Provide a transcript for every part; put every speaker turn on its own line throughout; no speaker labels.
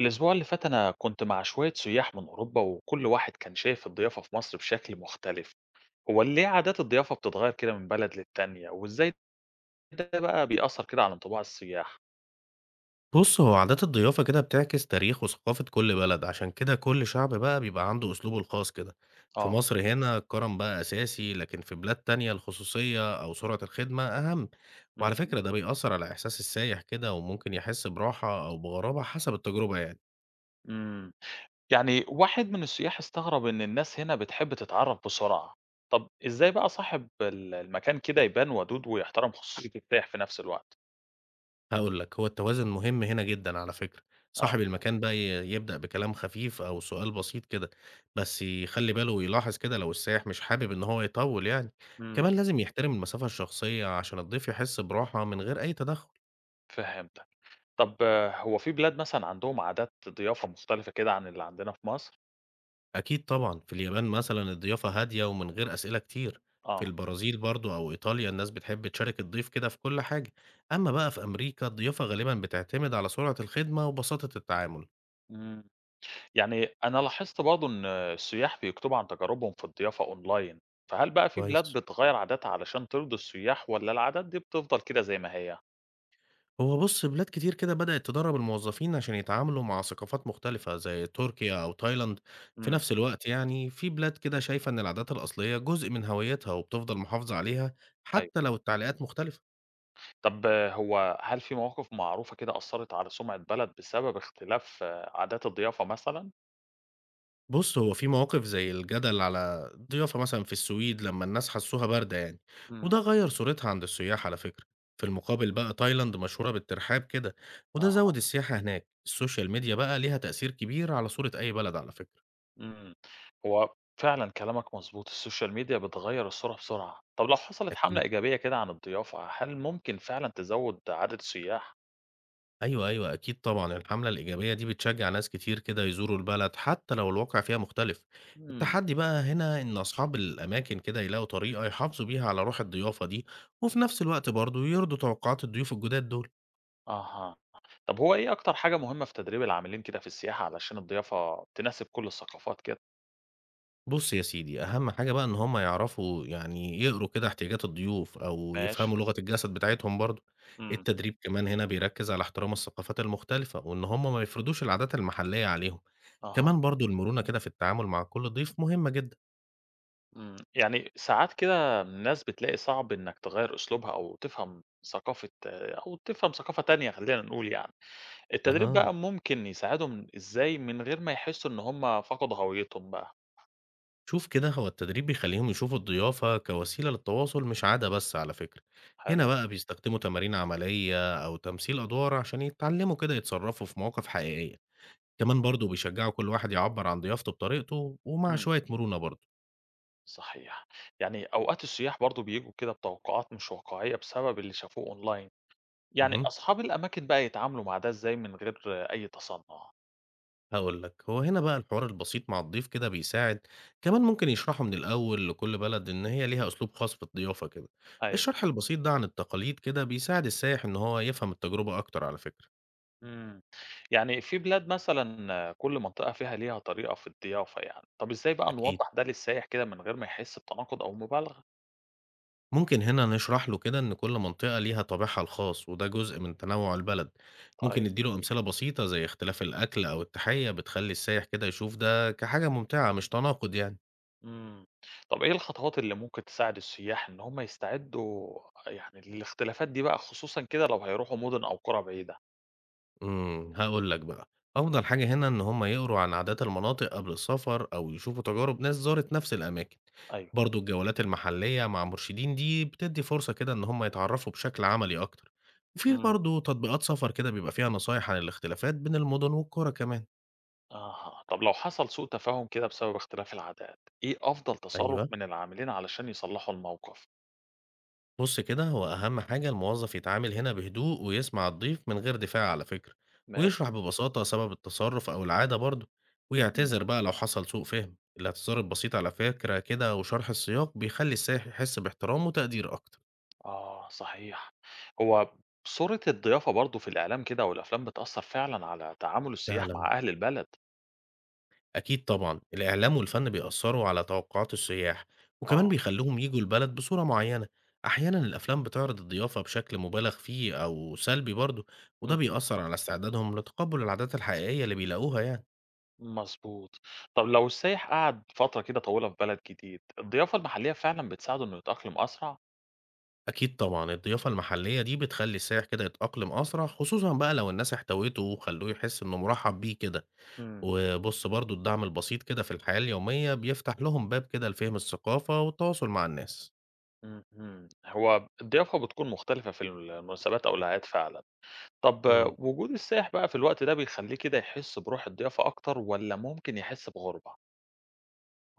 الأسبوع اللي فات أنا كنت مع شوية سياح من أوروبا وكل واحد كان شايف الضيافة في مصر بشكل مختلف، هو ليه عادات الضيافة بتتغير كده من بلد للتانية؟ وإزاي ده بقى بيأثر كده على انطباع السياح؟
بُص، هو عادات الضيافة كده بتعكس تاريخ وثقافة كل بلد، عشان كده كل شعب بقى بيبقى عنده أسلوبه الخاص كده. في
آه.
مصر هنا الكرم بقى أساسي، لكن في بلاد تانية الخصوصية أو سرعة الخدمة أهم. وعلى
اهم.
فكرة ده بيأثر على إحساس السايح كده، وممكن يحس براحة أو بغرابة حسب التجربة يعني.
إمم، يعني واحد من السياح استغرب إن الناس هنا بتحب تتعرف بسرعة، طب إزاي بقى صاحب المكان كده يبان ودود ويحترم خصوصية السائح في نفس الوقت؟
هاقول لك، هو التوازن مهم هنا جدًا على فكرة،
آه.
صاحب المكان بقى يبدأ بكلام خفيف أو سؤال بسيط كده، بس يخلّي باله ويلاحظ كده لو السائح مش حابب إن هو يطوّل يعني،
إمم،
كمان لازم يحترم المسافة الشخصية عشان الضيف يحس براحة من غير أي تدخُّل.
فهمتك. طب هو في بلاد مثلًا عندهم عادات ضيافة مختلفة كده عن اللي عندنا في مصر؟
أكيد طبعًا، في اليابان مثلًا الضيافة هادية ومن غير أسئلة كتير، في
آه.
البرازيل برضه أو إيطاليا الناس بتحب تشارك الضيف كده في كل حاجة، أمّا بقى في أمريكا الضيافة غالبًا بتعتمد على سرعة الخدمة وبساطة التعامل.
إمم. يعني أنا لاحظت برضه إن السياح بيكتبوا عن تجاربهم في الضيافة أونلاين، فهل بقى في بلاد
كويس.
بتغيّر عاداتها علشان ترضي السياح والّا العادات دي بتفضل كده زي ما هي؟
هو بُص، بلاد كتير كده بدأت تدرّب الموظفين عشان يتعاملوا مع ثقافات مختلفة زي تركيا أو تايلاند، في
إمم.
نفس الوقت يعني في بلاد كده شايفة إن العادات الأصلية جزء من هويتها وبتفضل محافظة عليها
أيوه.
حتى لو التعليقات مختلفة.
طب هو هل في مواقف معروفة كده أثّرت على سمعة بلد بسبب اختلاف عادات الضيافة مثلًا؟
بُص، هو في مواقف زي الجدل على الضيافة مثلًا في السويد لمّا الناس حسوها باردة يعني،
إمم.
وده غيّر صورتها عند السياح على فكرة. في المقابل بقى تايلاند مشهورة بالترحاب كده، وده
أها.
زوّد السياحة هناك. السوشيال ميديا بقى ليها تأثير كبير على صورة أي بلد على فكرة.
إمم. هو فعلًا كلامك مضبوط، السوشيال ميديا بتغيّر الصورة بسرعة. طب لو حصلت حملة
أكيد.
إيجابية كده عن الضيافة، هل ممكن فعلًا تزوّد عدد السياح؟
أيوه، أيوه، أكيد طبعًا، الحملة الإيجابية دي بتشجّع ناس كتير كده يزوروا البلد، حتى لو الواقع فيها مختلف.
إمم.
التحدي بقى هنا إن أصحاب الأماكن كده يلاقوا طريقة يحافظوا بيها على روح الضيافة دي، وفي نفس الوقت برضه يرضوا توقعات الضيوف الجداد دول.
أها. طب هو إيه أكتر حاجة مهمة في تدريب العاملين كده في السياحة علشان الضيافة تناسب كل الثقافات كده؟
بُص يا سيدي، أهم حاجة بقى إن هُم يعرفوا يعني يقروا كده احتياجات الضيوف أو
ماشي.
يفهموا لغة الجسد بتاعتهم برضه.
امم.
التدريب كمان هنا بيركّز على احترام الثقافات المختلفة، وإن هُم ما يفرضوش العادات المحلية عليهم.
أها.
كمان برضه المرونة كده في التعامل مع كل ضيف مهمة جدًا.
إمم. يعني ساعات كده الناس بتلاقي صعب إنك تغيّر أسلوبها أو تفهم ثقافة تانية خلّينا نقول يعني. التدريب
أها،
بقى ممكن يساعدهم إزاي من غير ما يحسّوا إن هم فقدوا هويتهم بقى؟
شوف كده، هو التدريب بيخليهم يشوفوا الضيافة كوسيلة للتواصل مش عادة بس على فكرة.
حلو.
هنا بقى بيستخدموا تمارين عملية أو تمثيل أدوار عشان يتعلموا كده يتصرفوا في مواقف حقيقية. كمان برضو بيشجعوا كل واحد يعبر عن ضيافته بطريقته ومع
امم.
شوية مرونة برضو.
صحيح. يعني أوقات السياح برضه بييجوا كده بتوقعات مش واقعية بسبب اللي شافوه online. يعني
أها،
أصحاب الأماكن بقى يتعاملوا مع ده إزاي من غير أي تصنُّع؟
هقول لك، هو هنا بقى الحوار البسيط مع الضيف كده بيساعد. كمان ممكن يشرحوا من الأول لكل بلد إن هي ليها أسلوب خاص في الضيافة كده.
أيوه.
الشرح البسيط ده عن التقاليد كده بيساعد السائح إن هو يفهم التجربة أكتر على فكرة.
إمم. يعني في بلاد مثلًا كل منطقة فيها ليها طريقة في الضيافة يعني، طب إزاي بقى
أكيد،
نوضّح ده للسايح كده من غير ما يحس بتناقض أو مبالغة؟
ممكن هنا نشرح له كده إن كل منطقة ليها طابعها الخاص وده جزء من تنوع البلد. ممكن
طيب.
نديله أمثلة بسيطة زي اختلاف الأكل أو التحية بتخلي السائح كده يشوف ده كحاجة ممتعة مش تناقض يعني.
إمم. طب إيه الخطوات اللي ممكن تساعد السياح إن هم يستعدوا يعني للاختلافات دي بقى خصوصًا كده لو هيروحوا مُدن أو قرى بعيدة؟
هقول لك بقى، أفضل حاجة هنا إن هم يقروا عن عادات المناطق قبل السفر أو يشوفوا تجارب ناس زارت نفس الأماكن.
أيوه.
برضو الجولات المحلية مع مرشدين دي بتدي فرصة كده إن هم يتعرفوا بشكل عملي أكتر، وفي
إمم.
برضو تطبيقات سفر كده بيبقى فيها نصايح عن الاختلافات بين المدن والقرى كمان.
أها. طب لو حصل سوء تفاهم كده بسبب اختلاف العادات، إيه أفضل تصرُّف
أيوه،
من العاملين علشان يصلّحوا الموقف؟
بص كده، هو أهم حاجة الموظف يتعامل هنا بهدوء ويسمع الضيف من غير دفاع على فكرة،
ماشي.
ويشرح ببساطة سبب التصرف أو العادة برضه،
إمم.
ويعتذر بقى لو حصل سوء فهم. الاعتذار البسيط على فكرة كده وشرح السياق بيخلي السائح يحس باحترام وتقدير أكتر.
آه صحيح. هو صورة الضيافة برضه في الإعلام كده والأفلام بتأثّر فعلًا على تعامل السياح
فعلا،
مع أهل البلد.
أكيد طبعا الإعلام والفن بيأثروا على توقعات السياح، وكمان
آه.
بيخلوهم يجوا البلد بصورة معينة. أحيانا الأفلام بتعرض الضيافة بشكل مبالغ فيه أو سلبي برضه، وده
اهم.
بيأثر على استعدادهم لتقبل العادات الحقيقية اللي بيلاقوها يعني.
مضبوط. طب لو السايح قعد فترة كده طويلة في بلد جديد، الضيافة المحلية فعلًا بتساعده إنه يتأقلم أسرع؟
أكيد طبعًا، الضيافة المحلية دي بتخلّي السايح كده يتأقلم أسرع، خصوصًا بقى لو الناس احتوته وخلّوه يحس إنه مرحّب بيه كده،
إمم.
وبُص برضه الدعم البسيط كده في الحياة اليومية بيفتح لهم باب كده لفهم الثقافة والتواصل مع الناس.
اهم. هو الضيافة بتكون مختلفة في المناسبات أو الأعياد فعلًا. طب
إمم.
وجود السائح بقى في الوقت ده بيخلّيه كده يحس بروح الضيافة أكتر والّا ممكن يحس بغُربة؟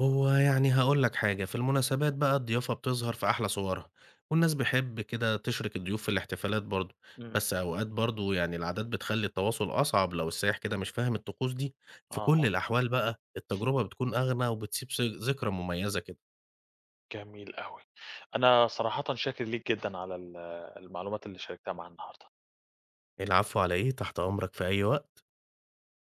هو يعني هاقول لك حاجة، في المناسبات بقى الضيافة بتظهر في أحلى صورها، والناس بيحب كده تشرك الضيوف في الاحتفالات برضه،
إمم.
بس أوقات برضه يعني العادات بتخلّي التواصل أصعب لو السائح كده مش فاهم الطقوس دي، في
آه.
كل الأحوال بقى التجربة بتكون أغنى وبتسيب ذكرى مميزة كده.
جميل أوي. أنا صراحةً شاكر ليك جدًا على المعلومات اللي شاركتها معايا النهارده.
العفو على إيه، تحت أمرك في أي وقت.